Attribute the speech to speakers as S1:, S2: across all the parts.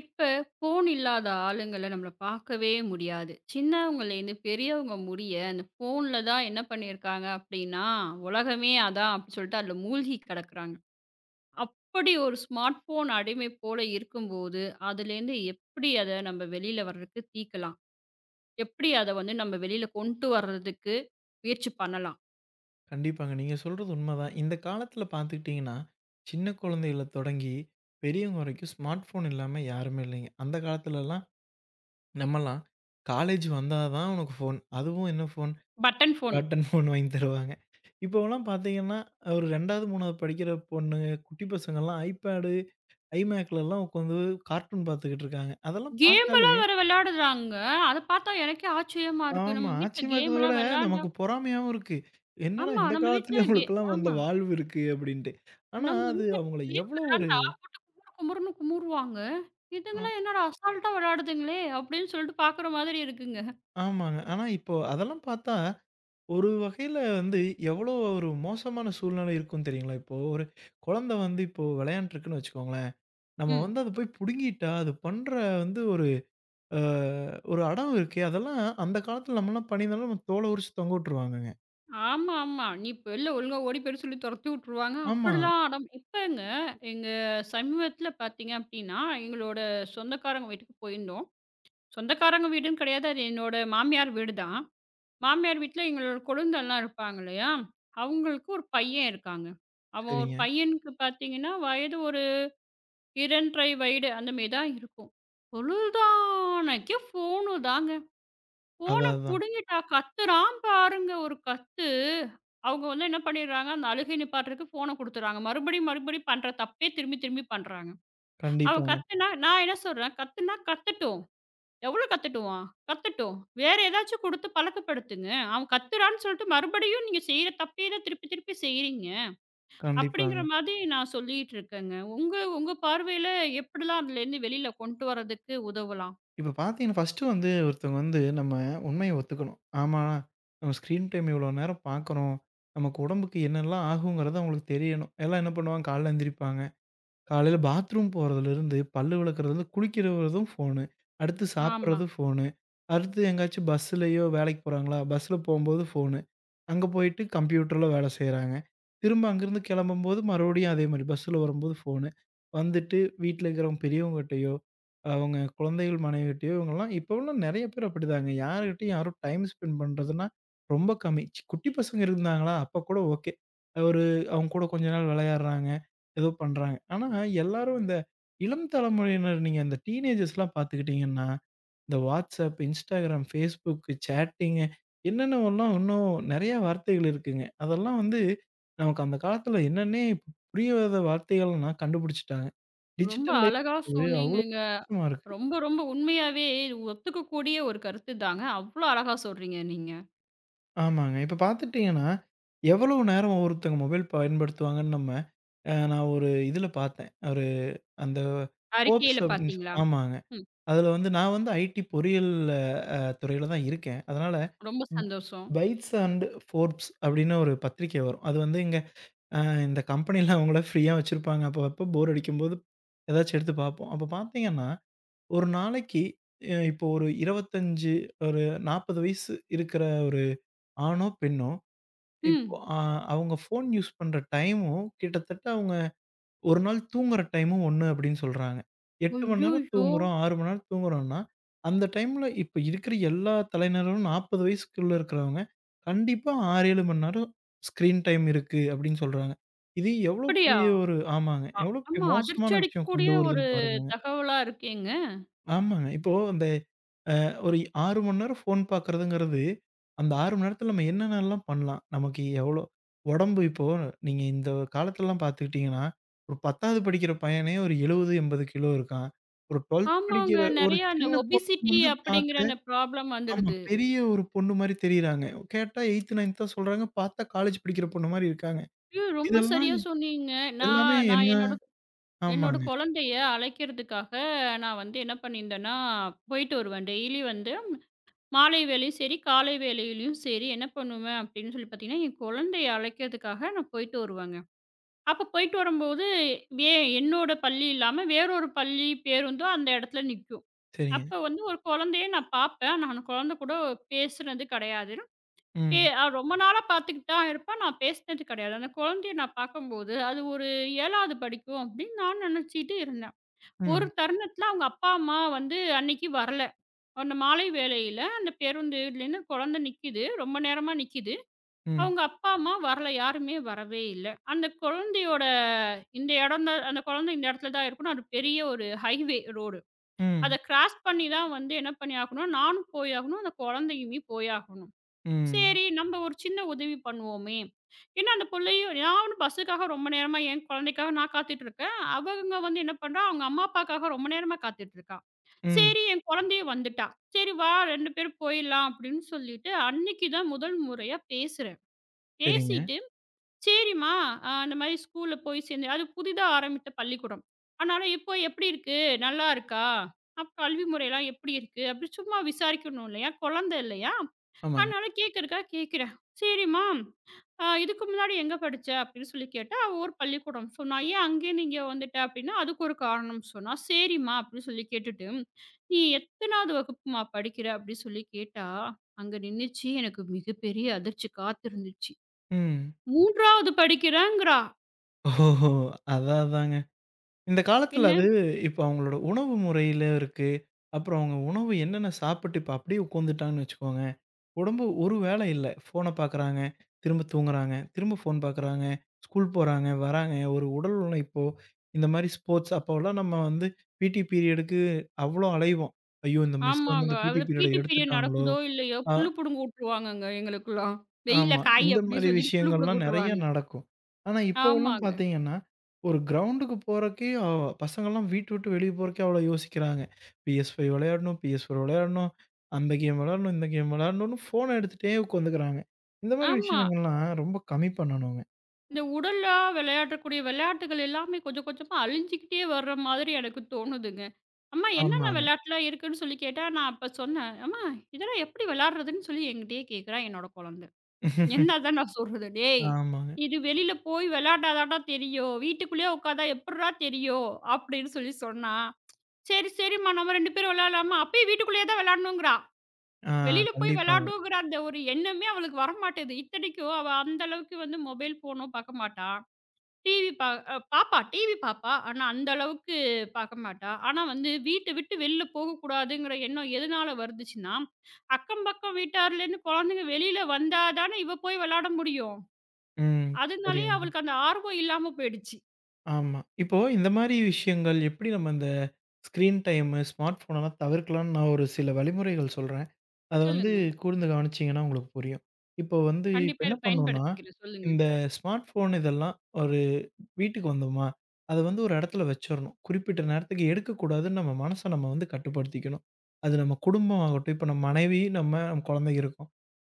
S1: இப்ப ஃபோன் இல்லாத ஆளுங்கள நம்மள பார்க்கவே முடியாது. சின்னவங்கலேருந்து பெரியவங்க முடிய, அந்த ஃபோன்ல தான் என்ன பண்ணியிருக்காங்க அப்டின்னா, உலகமே அதான் அப்டி சொல்லிட்டு அதுல மூழ்கி கிடக்குறாங்க. அப்படி ஒரு ஸ்மார்ட் ஃபோன் அடிமை போல இருக்கும்போது, அதுலேருந்து எப்படி அத நம்ம வெளில வர்றதுக்கு தீக்கலாம்? எப்படி அத வந்து நம்ம வெளில கொண்டு வர்றதுக்கு முயற்சி பண்ணலாம்?
S2: கண்டிப்பாங்க. நீங்க சொல்றது உண்மதான். இந்த காலத்தில பார்த்துக்கிட்டீங்கன்னா, சின்ன குழந்தைகள தொடங்கி பெரியவங்க வரைக்கும் ஸ்மார்ட் ஃபோன் இல்லாம யாருமே இல்லைங்க. அந்த காலத்துலலாம் நம்மலாம் காலேஜ் வந்தா தான் உனக்கு ஃபோன். அதுவும் என்ன phone?
S1: Button phone.
S2: Button phone வாங்கி தருவாங்க. இப்போவெல்லாம் பார்த்தீங்கன்னா, ஒரு 2வது, 3வது படிக்கிற பொண்ணுங்க, குட்டி பசங்கலாம் iPad, iMacலலாம் உட்காந்து கார்ட்டூன் பார்த்துக்கிட்டு இருக்காங்க. அதெல்லாம் பார்த்தா
S1: கேம்லாம் வேற விளையாடுறாங்க. அத பார்த்தா எனக்கே ஆச்சரியமா இருக்கு.
S2: ஆமா.
S1: நம்ம வீட்ல
S2: ஆச்சரியமா இருக்கிறத விட,
S1: கேம்லாம் விளையாண்டா
S2: நமக்கு பொறாமையாவும் இருக்கு. என்னடா
S1: ஆமா
S2: இந்த
S1: நம்ம
S2: காலத்துலயும்
S1: வீட்ல கே
S2: அவங்களுக்கெல்லாம் அந்த
S1: ஆமா.
S2: வாழ்வு இருக்கு அப்டின்ட்டு. ஆனா,
S1: நம்ம
S2: அது
S1: வீட்ல
S2: அவங்கள
S1: கேம்
S2: எவ்வளோ ஒரு
S1: விளையாண்டா குமுறு குமுறுன்னு குமுறுவாங்க.
S2: ம்
S1: இதுங்கலாம் என்னடா அசால்ட்டா விளையாடுதுங்களே! அப்படின்னு சொல்லிட்டு பார்க்குற மாதிரி இருக்குங்க.
S2: ஆமாங்க. ஆனா, இப்போ அதெல்லாம் பார்த்தா, ஒரு வகையில வந்து எவ்வளோ ஒரு மோசமான சூழ்நிலை இருக்கும் தெரியுங்களா? இப்போ ஒரு குழந்தை வந்து இப்போ விளையாண்ட்ருக்குன்னு வச்சுக்கோங்களேன். நம்ம
S1: ம்.
S2: வந்து அத போய் புடுங்கிட்டா, அது பண்ற வந்து ஒரு அ ஒரு அடம் இருக்கே, அதெல்லாம் அந்த காலத்துல நம்மலாம் பண்ணியிருந்தாலும், நம்ம தோல உரிச்சு தொங்க விட்டுருவாங்கங்க.
S1: ஆமா, ஆமா. நீ வெளில ஒழுங்கா ஓடி போயிரு சொல்லி தொரத்தி விட்டுருவாங்க.
S2: ஆமா.
S1: அப்படிலாம் நம் இப்பங்க எங்க சமீபத்தில பார்த்தீங்க அப்படின்னா, எங்களோட சொந்தக்காரங்க வீட்டுக்கு போயிருந்தோம். சொந்தக்காரங்க வீடுன்னு கிடையாது. அது என்னோட மாமியார் வீடு தான். மாமியார் வீட்ல எங்களோட கொழுந்தன்லாம் இருப்பாங்க இல்லையா? அவங்களுக்கு ஒரு பையன் இருக்காங்க. அவன் ஒரு
S2: சரிங்க.
S1: பையனுக்கு பார்த்தீங்கன்னா, வயது ஒரு 2 1/2 வயது அந்த மாரி தான் இருக்கும். பொழுதானைக்கு ஃபோனு தாங்க. ஃபோன
S2: அதான், அதான்.
S1: புடுங்கிட்டா கத்துறான் பாருங்க ஒரு கத்து. அவங்க வந்து என்ன பண்ணிடுறாங்க, அந்த அழுகை நிப்பாட்டுறதுக்கு ஃபோன குடுத்துடுறாங்க. மறுபடியும் மறுபடியும் பண்ற தப்பே திரும்பி திரும்பி பண்றாங்க. அவன்
S2: கண்டிப்பாங்க,
S1: கத்துனா நான் என்ன சொல்றேன், கத்துனா கத்தட்டும். எவ்வளோ கத்தட்டுவான்? கத்தட்டும். வேற ஏதாச்சும் குடுத்து பழக்கப்படுத்துங்க. அவன் கத்துறான்னு சொல்லிட்டு மறுபடியும் நீங்க செய்ற தப்பே தான் திருப்பி திருப்பி செய்றீங்க. அப்படிங்கிற
S2: கண்டிப்பாங்க.
S1: மாதிரி நான் சொல்லிட்டு இருக்கேங்க. உங்க உங்க பார்வையில எப்படிலாம் அதுலேருந்து வெளியில கொண்டு வரதுக்கு உதவலாம்?
S2: இப்ப பார்த்தீங்கன்னா, ஃபர்ஸ்ட்டு வந்து ஒருத்தவங்க வந்து நம்ம உண்மைய ஒத்துக்கணும். ஆமா, நம்ம ஸ்க்ரீன் டைம் இவ்வளோ நேரம் பார்க்குறோம். நமக்கு உடம்புக்கு என்னெல்லாம் ஆகுங்கிறது அவங்களுக்கு தெரியணும். எல்லாம் என்ன பண்ணுவாங்க, காலைல எந்திரிப்பாங்க. காலையில பாத்ரூம் போறதுலேருந்து, பல்லு விளக்குறதுலேருந்து, குளிக்கிற வரைக்கும் ஃபோனு. அடுத்து
S1: ஆமா.
S2: சாப்பிடுறது ஃபோனு. அடுத்து எங்கேயாச்சும் பஸ்ஸுலயோ வேலைக்கு போறாங்களா, பஸ்ஸில போம்போது ஃபோனு. அங்க போயிட்டு கம்ப்யூட்டர்ல வேலை செய்றாங்க. திரும்ப அங்கேருந்து கிளம்பும்போது மறுபடியும் அதே மாரி பஸ்ஸில வரும்போது ஃபோனு. வந்துட்டு வீட்ல இருக்கிறவங்க பெரியவங்ககிட்டயோ, அவங்க குழந்தைகள் மனைவிகிட்டயோ இவங்கலாம் இப்போலாம் நெறைய பேர் அப்படிதாங்க. யார்கிட்டயும் யாரும் டைம் ஸ்பெண்ட் பண்றதுன்னா ரொம்ப கம்மி. சி குட்டி பசங்க இருந்தாங்களா அப்ப கூட ஓகே. ஒரு அவங்க கூட கொஞ்ச நாள் விளையாடுறாங்க. ஏதோ பண்றாங்க. ஆனா எல்லாரும் இந்த இளம் தலைமுறையினர் நீங்க அந்த டீனேஜர்ஸ்லாம் பார்த்துக்கிட்டீங்கன்னா, இந்த WhatsApp, Instagram, Facebook, சேட்டிங்கு என்னென்னவெல்லாம் இன்னும் நெறைய வார்த்தைகள் இருக்குங்க. அதெல்லாம் வந்து நமக்கு அந்த காலத்துல என்னன்னே புரியாத வார்த்தைகள்லாம் கண்டுபிடிச்சுட்டாங்க.
S1: ரொம்ப
S2: டிஜிட்டல் லைஃப்
S1: அழகா
S2: வந்து அவ்ளோ
S1: சொன்னீங்கங்க.
S2: மோசமா இருக்கு.
S1: ரொம்ப, ரொம்ப உண்மையாவே இது ஒத்துக்கக்கூடிய ஒரு கருத்து தாங்க. அவ்ளோ அழகா சொல்றீங்க நீங்க.
S2: ஆமாங்க. இப்ப பார்த்துட்டீங்கன்னா, எவ்வளவு நேரம் ஒவ்வொருத்தங்க மொபைல் பயன்படுத்துவாங்கன்னு நம்ம நான் ஒரு இதுல பார்த்தேன். ஒரு அந்த Forbes
S1: அறிக்கையில
S2: அப்டின்னு சொ
S1: பார்த்தீங்களா?
S2: ஆமாங்க.
S1: ம்.
S2: அதுல வந்து நான் வந்து ஐடி பொறியியல் துறையில தான் இருக்கேன். அதனால
S1: ரொம்ப
S2: ம்
S1: சந்தோஷம்.
S2: பைட்ஸ் அண்ட் ஃபோர்ப்ஸ் அப்படின்னு ஒரு பத்திரிக்கை வரும். அது வந்து இங்க அ இந்த கம்பெனில அவங்கள ஃப்ரீயா வச்சிருப்பாங்க. அப்போ அப்போ போர் அடிக்கும்போது ஏதாச்சும் எடுத்து பார்ப்போம். அப்போ பார்த்தீங்கன்னா, ஒரு நாளைக்கு இப்போ ஒரு 25 ஒரு 40 வயசு இருக்கிற ஒரு ஆணோ, பெண்ணோ இப்போ
S1: ம்.
S2: அவங்க ஃபோன் யூஸ் பண்ற டைமும் கிட்டத்தட்ட அவங்க ஒரு நாள் தூங்குற டைமும் ஒண்ணு அப்படின்னு சொல்றாங்க. 8 மணி நேரம்
S1: ஐய்யய்யோ!
S2: தூங்குறோம், 6 மணி நேரம் தூங்குறோம்னா, அந்த டைம்ல இப்ப இருக்கிற எல்லா தலைநரும் 40 வயசுக்குள்ள இருக்கிறவங்க, கண்டிப்பா 6, 7 மணி நேரம் ஸ்க்ரீன் டைம் இருக்கு அப்படின்னு சொல்றாங்க. இது எவ்வளோ
S1: அப்படியா?
S2: பெரிய ஒரு ஆமாங்க.
S1: அ
S2: எவ்வளோ பெரிய
S1: ஆமா.
S2: மோசமான
S1: அதிர்ச்சி
S2: விஷயம்
S1: அடிக்கக்கூடிய
S2: கொண்டு
S1: ஒரு
S2: வருதுன்னு பாருங்கங்க.
S1: தகவலா இருக்கேங்க.
S2: ஆமாங்க. இப்போ அந்த ஒரு 6 மணி நேரம் ஃபோன் பார்க்குறதுங்கிறது, அந்த 6 மணி நேரத்தில நம்ம என்னென்னலாம் பண்ணலாம்? நமக்கு எவ்வளோ உடம்பு இப்போ நீங்க இந்த காலத்துலலாம் பார்த்துக்கிட்டீங்கன்னா, ஒரு 10வது படிக்கிற பையனே ஒரு 70, 80 கிலோ இருக்கான். ஒரு 12த்
S1: ஆமாங்க.
S2: படிக்கிற ஒரு
S1: நெறையா அந்த
S2: சின்ன பொண்ணு
S1: ஒபிசிட்டி
S2: வந்து
S1: அப்படிங்கிற
S2: பார்க்க
S1: அந்த ப்ராப்ளம்
S2: ஆமா.
S1: வந்துடுது.
S2: பெரிய ஒரு பொண்ணு மாரி தெரியிறாங்க. கேட்டா 8த், 9த் தான் சொல்றாங்க. பார்த்தா காலேஜ் படிக்கிற பொண்ணு மாரி இருக்காங்க.
S1: ம். ரொம்ப
S2: இதெல்லாம்
S1: சரியா சொன்னீங்க.
S2: எல்லாமே
S1: நான்
S2: என்ன
S1: நான் என்னோட என்னோட
S2: ஆமாங்க.
S1: குழந்தைய அழைக்கிறதுக்காக நான் வந்து என்ன பண்ணியிருந்தேன்னா, போயிட்டு வருவேன். டெய்லி வந்து மாலை வேளையும் சரி, காலை வேளையிலயும் சரி என்ன பண்ணுவேன் அப்படின்னு சொல்லி பார்த்தீங்கன்னா, என் குழந்தைய அழைக்கிறதுக்காக நான் போயிட்டு வருவேங்க. அப்ப போயிட்டு வரும்போது, ஏன் என்னோட பள்ளி இல்லாம வேறொரு பள்ளி பேருந்தும் அந்த இடத்துல நிக்கும்.
S2: சரிங்க.
S1: அப்ப வந்து ஒரு குழந்தைய நான் பார்ப்பேன். நான் அந்த குழந்தை கூட பேசுனது கிடையாது. பே
S2: ம்,
S1: அ ரொம்ப நாளா பார்த்துக்கிட்டு தான் இருப்பேன். நான் பேசினது கிடையாது. அந்த குழந்தைய நான் பார்க்கும்போது, அது ஒரு 7வது படிக்கும் அப்படின்னு நான் நினைச்சிட்டு இருந்தேன். ஒரு
S2: ம்,
S1: தருணத்துல அவங்க அப்பா, அம்மா வந்து அன்னைக்கு வரல. அந்த மாலை வேளையில அந்த பேருந்துலருந்து குழந்தை நிக்குது. ரொம்ப நேரமா நிக்குது.
S2: ம்,
S1: அவங்க அப்பா, அம்மா வரல. யாருமே வரவே இல்ல. அந்த குழந்தையோட இந்த இடம் தான் அந்த குழந்தை இந்த இடத்துல தான் இருக்கணும். அது பெரிய ஒரு ஹைவே ரோடு. அத
S2: ம்,
S1: கிராஸ் பண்ணி தான் வந்து என்ன பண்ணியாகணும், நானும் போயாகணும். அந்த குழந்தையுமே போயாகணும்.
S2: ம்,
S1: சரி, நம்ம ஒரு சின்ன உதவி பண்ணுவோமே! ஏன்னா அந்த புள்ளையும் நானும் பஸ்ஸுக்காக ரொம்ப நேரமா என் குழந்தைக்காக நான் காத்துட்டு இருக்கேன். அவங்க வந்து என்ன பண்றா, அவங்க அம்மா அப்பாக்காக ரொம்ப நேரமா காத்துட்டு இருக்கா.
S2: ம்,
S1: சரி என் குழந்தையும் வந்துட்டா. சரி வா 2 பேரும் போயிடலாம் அப்படின்னு சொல்லிட்டு, அன்னைக்கு தான் முதல் முறையா பேசுறேன்.
S2: சரிங்க.
S1: பேசிட்டு, சரிம்மா இந்த மாரி ஸ்கூல்ல போய் சேர்ந்தேன். அது புதிதா ஆரம்பித்த பள்ளிக்கூடம். அதனால இப்போ எப்படி இருக்கு? நல்லா இருக்கா? அப்ப கல்வி முறையெல்லாம் எப்படி இருக்கு? அப்படி சும்மா விசாரிக்கணும் இல்லையா? குழந்தை இல்லையா?
S2: ஆமாங்க.
S1: அதனால கேட்கறதுக்காக கேட்குறேன். "சரிம்மா, இதுக்கு முன்னாடி எங்க படிச்ச?" அப்படின்னு சொல்லி கேட்டா, அவ ஒரு பள்ளிக்கூடம் சொன்னா. "ஏன் அங்கேயே நீ இங்க வந்துட்ட?" அப்படின்னா, அதுக்கு ஒரு காரணம் சொன்னா. "சரிம்மா" அப்படின்னு சொல்லி கேட்டுட்டு, "நீ எத்தனாவது வகுப்புமா படிக்கிற?" அப்படின்னு சொல்லி கேட்டா, அங்க நின்னுச்சு எனக்கு மிகப்பெரிய அதிர்ச்சி காத்திருந்துச்சு.
S2: ம்.
S1: 3வது படிக்கிறேங்கிறா.
S2: ஓஹோஹோ! அதான் அதாங்க. இந்த காலத்துல
S1: என்ன
S2: அது இப்ப அவங்களோட உணவு முறையில இருக்கு. அப்புறம் அவங்க உணவு என்னென்ன சாப்பிட்டு இப்ப அப்படியே உட்காந்துட்டாங்கன்னு வச்சுக்கோங்க. உடம்பு ஒரு வேலை இல்ல. ஃபோன பார்க்குறாங்க, திரும்ப தூங்குறாங்க, திரும்ப ஃபோன் பார்க்குறாங்க, ஸ்கூல் போறாங்க, வராங்க. ஒரு உடல் உழைப்போ இந்த மாரி ஸ்போர்ட்ஸ் அப்போலாம் நம்ம வந்து பிடி பீரியடுக்கு அவ்வளோ அலைவோம். ஐயோ! இந்த மிஸ் வந்து
S1: ஆமாங்க.
S2: அந்த பிடி
S1: அதுல
S2: பீரியட
S1: பீட்டி பீரியட்
S2: எடுத்துட்டாங்களோ!
S1: நடக்குதோ இல்லையோ,
S2: அ
S1: புல்லு புடுங்க உட்டுருவாங்கங்க எங்களுக்கெல்லாம். "வெயில்ல
S2: ஆமா.
S1: காய்"
S2: இந்த
S1: அப்படின்னு
S2: மாரி
S1: சொல்லிட்டு புல்லு புடுங்க
S2: விஷயங்கள்லாம் நெறைய
S1: உட்டுருவாங்க.
S2: நடக்கும். ஆனா, இப்போவெல்லாம்
S1: ஆமாங்க.
S2: பார்த்தீங்கன்னா, ஒரு கிரவுண்டுக்கு போறக்கே பசங்கள்லாம் வீட்ட விட்டு வெளிய போறக்கே அவ்ளோ யோசிக்கிறாங்க. PS5 விளையாடணும், PS4 விளையாடணும், அந்த கேம் விளையாடணும், இந்த கேம் விளையாடணும்னு ஃபோன எடுத்துட்டே உட்காந்துக்கிறாங்க. இந்த மாரி
S1: ஆமா.
S2: விஷயங்கள்லாம் ரொம்ப கம்மி பண்ணணுங்க.
S1: இந்த உடலா விளையாடக்கூடிய விளையாட்டுகள் எல்லாமே கொஞ்சம் கொஞ்சமா அழிஞ்சுக்கிட்டே வர்ற மாதிரி எனக்கு தோணுதுங்க. அம்மா என்னென்ன
S2: ஆமாங்க.
S1: விளையாட்டுலாம் இருக்குன்னு சொல்லி கேட்டா, நான் அப்ப சொன்னேன். "அம்மா இதெல்லாம் எப்படி விளையாடுறதுன்னு?" சொல்லி என்கிட்டயே கேட்கிறா என்னோட குழந்த. என்ன தான் நான் சொல்றது? "டேய்
S2: ஆமாங்க.
S1: இது வெளியில போய் விளையாண்டா தான்டா தெரியும். வீட்டுக்குள்ளேயே உட்காந்தா எப்புட்றா தெரியும்?" அப்படின்னு சொல்லி சொன்னா. "சரி, சரிம்மா நம்ம 2 பேரும் விளையாடலாமா?" அப்பயும் வீட்டுக்குள்ளேயே தான் விளையாடணுங்கிறா.
S2: ஆ
S1: வெளியில போய்
S2: கண்டிப்பாங்க.
S1: விளையாடணுங்கிற அந்த ஒரு எண்ணமே அவளுக்கு வரமாட்டேங்குது. இத்தனைக்கும் அவ அந்த அளவுக்கு வந்து மொபைல் ஃபோனும் பார்க்க மாட்டா. டிவி பா அ பாப்பா. டிவி பாப்பா. ஆனா அந்த அளவுக்கு பாக்க மாட்டா. ஆனா வந்து வீட்ட விட்டு வெளில போகக்கூடாதுங்கிற எண்ணம் எதனால வருதுச்சுன்னா, அக்கம் பக்கம் வீட்டார்லேருந்து குழந்தைங்க வெளில வந்தா தானே இவ போய் வெளாட முடியும்.
S2: ம். சரியா
S1: அதனாலேயே
S2: சொன்னீங்க.
S1: அவளுக்கு அந்த ஆர்வம் இல்லாம போயிடுச்சு.
S2: ஆமா. இப்போ இந்த மாரி விஷயங்கள் எப்படி நம்ம இந்த ஸ்க்ரீன் டைமு, ஸ்மார்ட் ஃபோனெல்லாம் தவிர்க்கலாம்ன்னு நான் ஒரு சில வழிமுறைகள் சொல்றேன். அத வந்து
S1: சொல்லுங்க.
S2: கூர்ந்து கவனிச்சீங்கன்னா உங்களுக்கு புரியும். இப்போ வந்து இப்ப
S1: கண்டிப்பா
S2: என்ன
S1: இத
S2: பண்ணோம்னா,
S1: பயன்படுத்திக்கிறேன். சொல்லுங்க.
S2: இந்த ஸ்மார்ட் ஃபோன் இதெல்லாம் ஒரு வீட்டுக்கு வந்தோமா, அத வந்து ஒரு இடத்துல வச்சிரணும். குறிப்பிட்ட நேரத்துக்கு எடுக்கக்கூடாதுன்னு நம்ம மனச நம்ம வந்து கட்டுப்படுத்திக்கணும். அது நம்ம குடும்பம் ஆகட்டும், இப்ப நம்ம மனைவி, நம்ம, நம்ம குழந்தைங்க இருக்கோம்.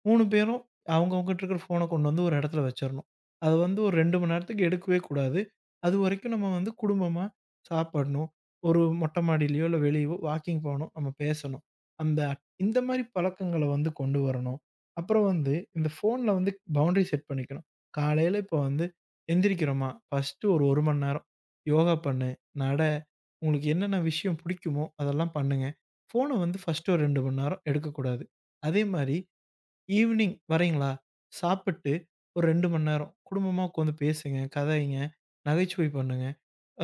S2: 3 பேரும் அவங்கவங்ககிட்ட இருக்கிற ஃபோன கொண்டு வந்து ஒரு இடத்துல வச்சிரணும். அது வந்து ஒரு 2 மணி நேரத்துக்கு எடுக்கவே கூடாது. அதுவரைக்கும் நம்ம வந்து குடும்பமா சாப்பிடணும். ஒரு மொட்டை மாடியிலயோ, இல்ல வெளியவோ வாக்கிங் போணும். நம்ம பேசணும். அந்த இந்த மாரி பழக்கங்கள வந்து கொண்டு வரணும். அப்புறம் வந்து இந்த ஃபோன்ல வந்து பவுண்டரி செட் பண்ணிக்கணும். காலையில இப்போ வந்து எந்திரிக்கிறோமா, ஃபர்ஸ்ட்டு ஒரு 1 மணி நேரம் யோகா பண்ணு, நட, உங்களுக்கு என்னென்ன விஷயம் பிடிக்குமோ அதெல்லாம் பண்ணுங்க. ஃபோன வந்து ஃபர்ஸ்ட்டு ஒரு 2 மணி நேரம் எடுக்கக்கூடாது. அதே மாரி ஈவ்னிங் வரீங்களா? சாப்பிட்டு ஒரு 2 மணி நேரம் குடும்பமா உட்காந்து பேசுங்க, கதைங்க, நகைச்சுவை பண்ணுங்க.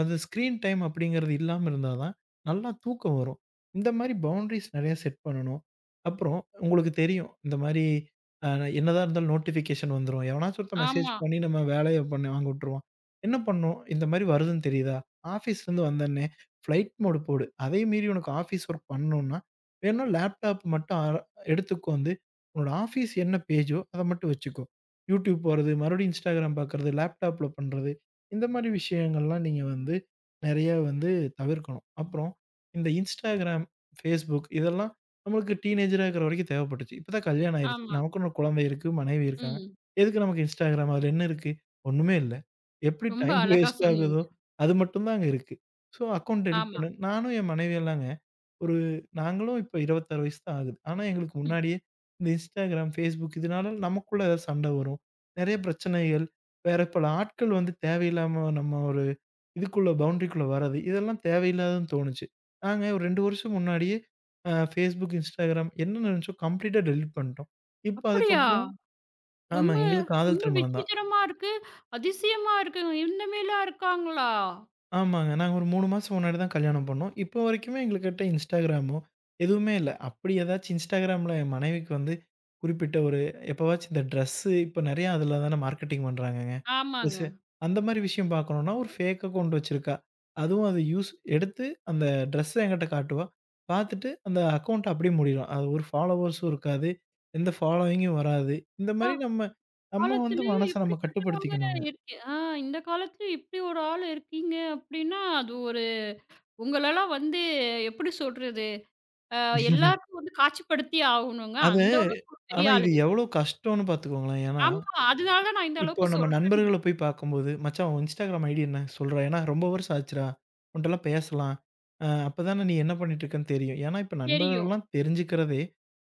S2: அது ஸ்க்ரீன் டைம் அப்படிங்கிறது இல்லாம இருந்தா தான், நல்லா தூக்கம் வரும். இந்த மாரி பவுண்டரீஸ் நெறைய செட் பண்ணணும். அப்புறம் உங்களுக்கு தெரியும். இந்த மாரி அ என்னதான் இருந்தாலும் நோட்டிஃபிகேஷன் வந்துரும். எவனாச்சும் ஒருத்தன் மெசேஜ்
S1: ஆமா,
S2: பண்ணி நம்ம வேலைய பண்ண வாங்க விட்டுருவான். என்ன பண்ணும்? இந்த மாரி வருதுன்னு தெரியுதா? ஆஃபீஸ்லேருந்து வந்தோனே ஃப்ளைட் மோடு போடு. அதையும் மீறி உனக்கு ஆஃபீஸ் ஒர்க் பண்ணணும்னா, வேணும்னா லேப்டாப் மட்டும் எடுத்துக்கோந்து, உன்னோட ஆஃபீஸ் என்ன பேஜோ அத மட்டும் வச்சுக்கோ. யூடியூப் போறது, மறுபடியும் இன்ஸ்டாகிராம் பார்க்கறது, லேப்டாப்ல பண்றது. இந்த மாரி விஷயங்கள்லாம் நீங்க வந்து நெறைய வந்து தவிர்க்கணும். அப்புறம் இந்த Instagram, Facebook இதெல்லாம் நம்மளுக்கு டீனேஜரா இருக்கிற வரைக்கும் தேவைப்பட்டுச்சு. இப்ப தான் கல்யாணம் ஆயிருச்சு.
S1: ஆமா.
S2: நமக்குன்னு ஒரு குழந்தை இருக்கு, மனைவி இருக்காங்க.
S1: ம்.
S2: எதுக்கு நமக்கு Instagram அதுல என்ன இருக்கு? ஒண்ணுமே இல்ல. எப்படி
S1: ரொம்ப
S2: டைம்
S1: அழகா
S2: வேஸ்ட்
S1: சொன்னீங்க.
S2: ஆகுதோ, அது மட்டும் தான் அங்க இருக்கு. ஸோ அக்கவுண்ட் டெலிட்
S1: ஆமா.
S2: பண்ணு நானும் என் மனைவியும்லாங்க ஒரு நாங்களும் இப்ப 26 வயசு தான் ஆகுது. ஆனா, எங்களுக்கு
S1: ம்.
S2: முன்னாடியே இந்த Instagram, Facebook இதனால நமக்குள்ள ஏதாவது சண்டை வரும். நெறைய பிரச்சனைகள், வேற பல ஆட்கள் வந்து தேவையில்லாம நம்ம ஒரு இதுக்குள்ள பவுண்டரிக்குள்ள வர்றது, இதெல்லாம் தேவையில்லாததுன்னு தோணுச்சு. நாங்க ஒரு 2 வருஷம் முன்னாடியே Facebook, Instagram என்ன நடந்துச்சோ கம்ப்ளீட்டா டெலீட் பண்ணிட்டோம். இப்ப
S1: அப்படியா?
S2: அதுக்கப்புறம் ஆமா
S1: ரொம்ப
S2: எங்களுக்கு காதல்
S1: ரொம்ப
S2: திருமணம் தான்.
S1: விசித்திரமா இருக்கு. அதிசயமா இருக்குங்க. இந்த மேலாம் இருக்காங்களா?
S2: ஆமாங்க. நாங்க ஒரு 3 மாசம் முன்னாடி தான் கல்யாணம் பண்ணோம். இப்போ வரைக்குமே எங்கள்கிட்ட Instagramமோ, எதுவுமே இல்ல. அப்படி ஏதாச்சும் Instagramல என் மனைவிக்கு வந்து குறிப்பிட்ட ஒரு எப்பவாச்சும் இந்த ட்ரெஸ்ஸு இப்ப நெறைய அதில தானே மார்க்கெட்டிங் பண்றாங்கங்க. ட்ரெஸ்ஸு
S1: ஆமாங்க.
S2: அந்த மாரி விஷயம் பார்க்கணும்னா, ஒரு ஃபேக் அக்கவுண்ட் வச்சிருக்கா. அதுவும் அது யூஸ் எடுத்து அந்த ட்ரெஸ்ஸ என்கிட்ட காட்டுவா. பார்த்துட்டு அந்த அக்கவுண்ட் அப்படியே மூடிருவா. அது ஒரு ஃபாலோவர்ஸும் இருக்காது. எந்த ஃபாலோயிங்கும் வராது. இந்த
S1: அ.
S2: மாரி நம்ம நம்ம வந்து
S1: காலத்திலயும்
S2: மனச நம்ம
S1: இப்படிப்பட்டவங்க
S2: கட்டுப்படுத்திக்கணுங்க.
S1: இருக்கு. இந்த காலத்துலயும் இப்படி ஒரு ஆள் இருக்கீங்க அப்படின்னா, அது ஒரு உங்களலாம் வந்து எப்படி சொல்றது? அ எல்லாருக்கும் வந்து காட்சிப்படுத்தியே ஆகணுங்க.
S2: அது
S1: அந்த அளவுக்கு ஒரு பெரிய
S2: ஆனா இது
S1: ஆளுங்க.
S2: எவ்வளோ கஷ்டம்னு பார்த்துக்கோங்களேன். ஏன்னா,
S1: ஆமா. அதனால தான் நான் இந்த
S2: இப்போ
S1: அளவுக்கு
S2: நம்ம
S1: சொல்றேனே.
S2: நண்பர்கள போய் பார்க்கும்போது, "மச்சான் உன் இன்ஸ்டாகிராம் ஐடி என்ன? சொல்றா. ஏன்னா ரொம்ப வருஷம் ஆச்சுடா. உன்ட்டலாம் பேசலாம். அப்பதானே நீ என்ன பண்ணிட்டுருக்கன்னு தெரியும்." ஏன்னா இப்ப
S1: தெரியும்.
S2: நண்பர்கள்லாம் தெரிஞ்சுக்கிறதே,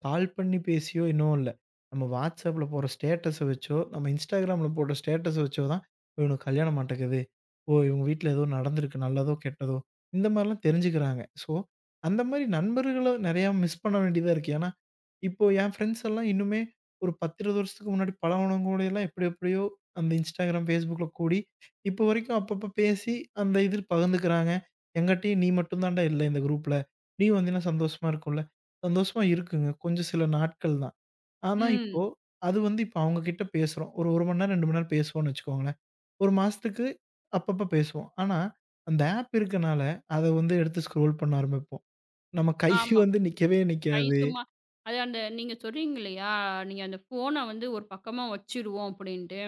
S2: கால் பண்ணி பேசியோ என்னவோ இல்ல. நம்ம WhatsAppல போடுற ஸ்டேட்டஸ வச்சோ, நம்ம இன்ஸ்டாகிராம்ல போடுற ஸ்டேட்டஸ வச்சோ தான், "இவனுக்கு கல்யாணம் மாட்டேங்குது. ஓ! இவங்க வீட்ல ஏதோ நடந்திருக்கு. நல்லதோ, கெட்டதோ." இந்த மாரிலாம் தெரிஞ்சுக்கிறாங்க. ஸோ, அந்த மாரி நண்பர்கள நெறையா மிஸ் பண்ண வேண்டியதா இருக்கு. ஏன்னா, இப்போ என் ஃப்ரெண்ட்ஸ் எல்லாம் இன்னுமே ஒரு 10, 20 வருஷத்துக்கு முன்னாடி பழகுனவங்களோடையெல்லாம் எப்படி எப்படியோ அந்த Instagram, Facebookல கூடி, இப்போ வரைக்கும் அப்பப்போ பேசி அந்த இது பகிர்ந்துக்கிறாங்க. என்கிட்டயும் "நீ மட்டும் தான்டா இல்ல இந்த குரூப்ல. நீ வந்தீன்னா சந்தோஷமா இருக்கும்ல." சந்தோஷமா இருக்குங்க. கொஞ்சம் சில நாட்கள் தான். ஆனா
S1: ம்.
S2: இப்போ அது வந்து இப்போ அவங்க கிட்ட பேசுறோம். ஒரு 1 மணி நேரம், 2 மணி நேரம் பேசுவோம்னு வச்சுக்கோங்களேன். 1 மாசத்துக்கு அப்பப்போ பேசுவோம். ஆனா அந்த ஆப் இருக்கனால அத வந்து எடுத்து ஸ்க்ரோல் பண்ண ஆரம்பிப்போம். நம்ம கை
S1: ஆமா.
S2: வந்து நிக்கவே
S1: கை
S2: நிக்காது.
S1: சும்மா அது அந்த நீங்க சொல்றீங்க இல்லையா? நீங்க அந்த ஃபோன வந்து ஒரு பக்கமா வச்சுருவோம் அப்படின்ட்டு.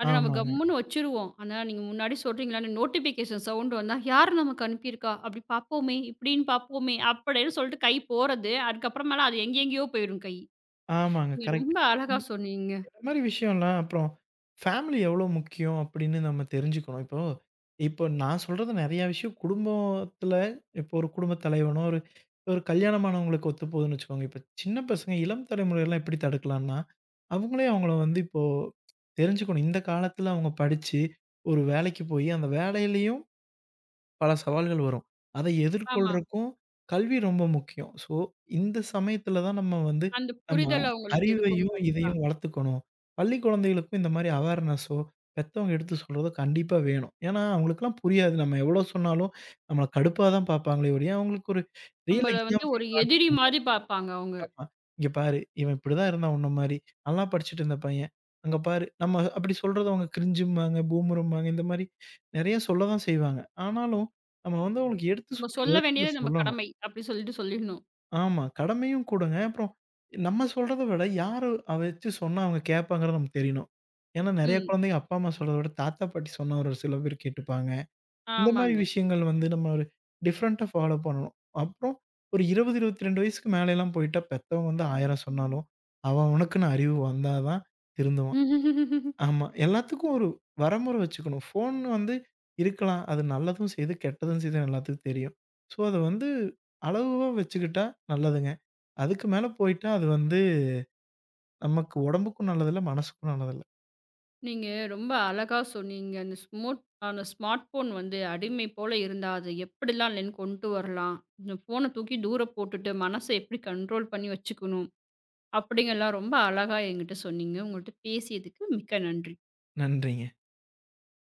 S1: அத நம்ம
S2: ஆமாங்க,
S1: கம்முன்னு வச்சுருவோம். ஆனா, நீங்க முன்னாடி சொல்றீங்கல்ல, அந்த நோட்டிஃபிகேஷன் சவுண்ட் வந்தா, "யார் நமக்கு அனுப்பியிருக்கா? அப்படி பார்ப்போமே, இப்படின்னு பார்ப்போமே" அப்படின்னு சொல்லிட்டு கை போறது. அதுக்கப்புறமேல அது எங்கெங்கேயோ போயிடும் கை.
S2: ஆமாங்க.
S1: நீங்க
S2: கரெக்ட்.
S1: ரொம்ப அழகா சொன்னீங்க.
S2: இந்த மாரி விஷயம்லாம் அப்புறம் ஃபேமிலி எவ்வளோ முக்கியம் அப்படின்னு நம்ம தெரிஞ்சுக்கணும். இப்போ இப்போ நான் சொல்றது நெறைய விஷயம் குடும்பத்தில இப்போ ஒரு குடும்ப தலைவனோ, ஒரு ஒரு கல்யாணமானவங்களுக்கு ஒத்து போகுதுன்னு வச்சுக்கோங்க. இப்ப சின்ன பசங்க இளம் தலைமுறையெல்லாம் எப்படி தடுக்கலாம்னா, அவங்களே அவங்கள வந்து இப்போ தெரிஞ்சுக்கணும். இந்த காலத்தில அவங்க படிச்சு ஒரு வேலைக்கு போய் அந்த வேலையிலயும் பல சவால்கள் வரும். அத
S1: ஆமா.
S2: எதிர்கொள்றக்கும் கல்வி ரொம்ப முக்கியம். ஸோ, இந்த சமயத்தில தான் நம்ம வந்து
S1: அந்த
S2: நம்ம
S1: புரிதல் அவங்களுக்கு இருக்குங்க
S2: அறிவையும்,
S1: கண்டிப்பா.
S2: இதையும் வளர்த்துக்கணும். பள்ளி குழந்தைகளுக்கும் இந்த மாரி அவேர்னஸோ, பெத்தவங்க எடுத்து சொல்றதோ கண்டிப்பா வேணும். ஏன்னா, அவங்களுக்கெல்லாம் புரியாது. நம்ம எவ்வளோ சொன்னாலும் நம்மள கடுப்பா தான் பார்ப்பாங்களே ஒழிய, அவங்களுக்கு ஒரு ரியல்
S1: நம்மள வந்து
S2: எக்ஸாம்பிள்
S1: ஒரு எதிரி
S2: காட்டணும்.
S1: மாரி பார்ப்பாங்க அவங்க.
S2: ஆமா. "இங்க பாரு, இவன் இப்படிதான் இருந்தான் உன்ன மாரி. நல்லா படிச்சுட்டு இருந்த பையன். அங்க பாரு" நம்ம அப்படி சொல்றத அவங்க கிரிஞ்சும்பாங்க, பூமரும்பாங்க. இந்த மாரி நெறைய சொல்லதான் செய்வாங்க. ஆனாலும், நம்ம வந்து ம். அவங்களுக்கு எடுத்து
S1: நம்ம
S2: சொல்ற
S1: சொல்ல
S2: விதத்துல
S1: வேண்டியது நம்ம
S2: சொல்லணும்.
S1: கடமை, அப்படி சொல்லிட்டு சொல்லிடணும்.
S2: ஆமா. கடமையும் கூடங்க. அப்புறம் நம்ம சொல்றத விட யாரு வச்சு சொன்னா அவங்க கேட்பாங்கறது நமக்கு தெரியணும். ஏன்னா நெறைய
S1: ம்.
S2: குழந்தைங்க அப்பா, அம்மா சொல்றத விட தாத்தா, பாட்டி சொன்னா ஒரு சில பேர் கேட்டுப்பாங்க. இந்த மாரி
S1: ஆமாங்க.
S2: விஷயங்கள் வந்து நம்ம ஒரு டிஃப்ரெண்ட்டா ஃபாலோ பண்ணணும். அப்புறம் ஒரு 20, 22 வயசுக்கு மேலலாம் போயிட்டா பெத்தவங்க வந்து 1000 சொன்னாலும், அவன் அவனுக்குன்னு அறிவு வந்தா தான் திருந்துவான். ஆமா. எல்லாத்துக்கும் ஒரு வரமுறை வச்சுக்கணும். ஃபோன் வந்து இருக்கலாம். அது நல்லதும் செய்யுது, கெட்டதும் செய்யுதுன்னு எல்லாத்துக்கும் தெரியும். ஸோ அத வந்து அளவா வச்சுக்கிட்டா நல்லதுங்க. அதுக்கு மேல போயிட்டா அது வந்து நமக்கு உடம்புக்கும் நல்லதில்ல, மனசுக்கும் நல்லதில்ல.
S1: நீங்க ரொம்ப அழகா சொன்னீங்க. அந்த ஸ்மோட் அந்த ஸ்மார்ட் ஃபோன் வந்து அடிமை போல இருந்தா, அது எப்படிலாம் அதுலேருந்து கொண்டு வரலாம்? இந்த ஃபோன தூக்கி தூர போட்டுட்டு, மனச எப்படி கண்ட்ரோல் பண்ணி வச்சுக்கணும்? அப்படிங்கலாம் ரொம்ப அழகா என்கிட்ட சொன்னீங்க. உங்கள்ட்ட பேசியதுக்கு மிக்க நன்றி.
S2: நன்றிங்க.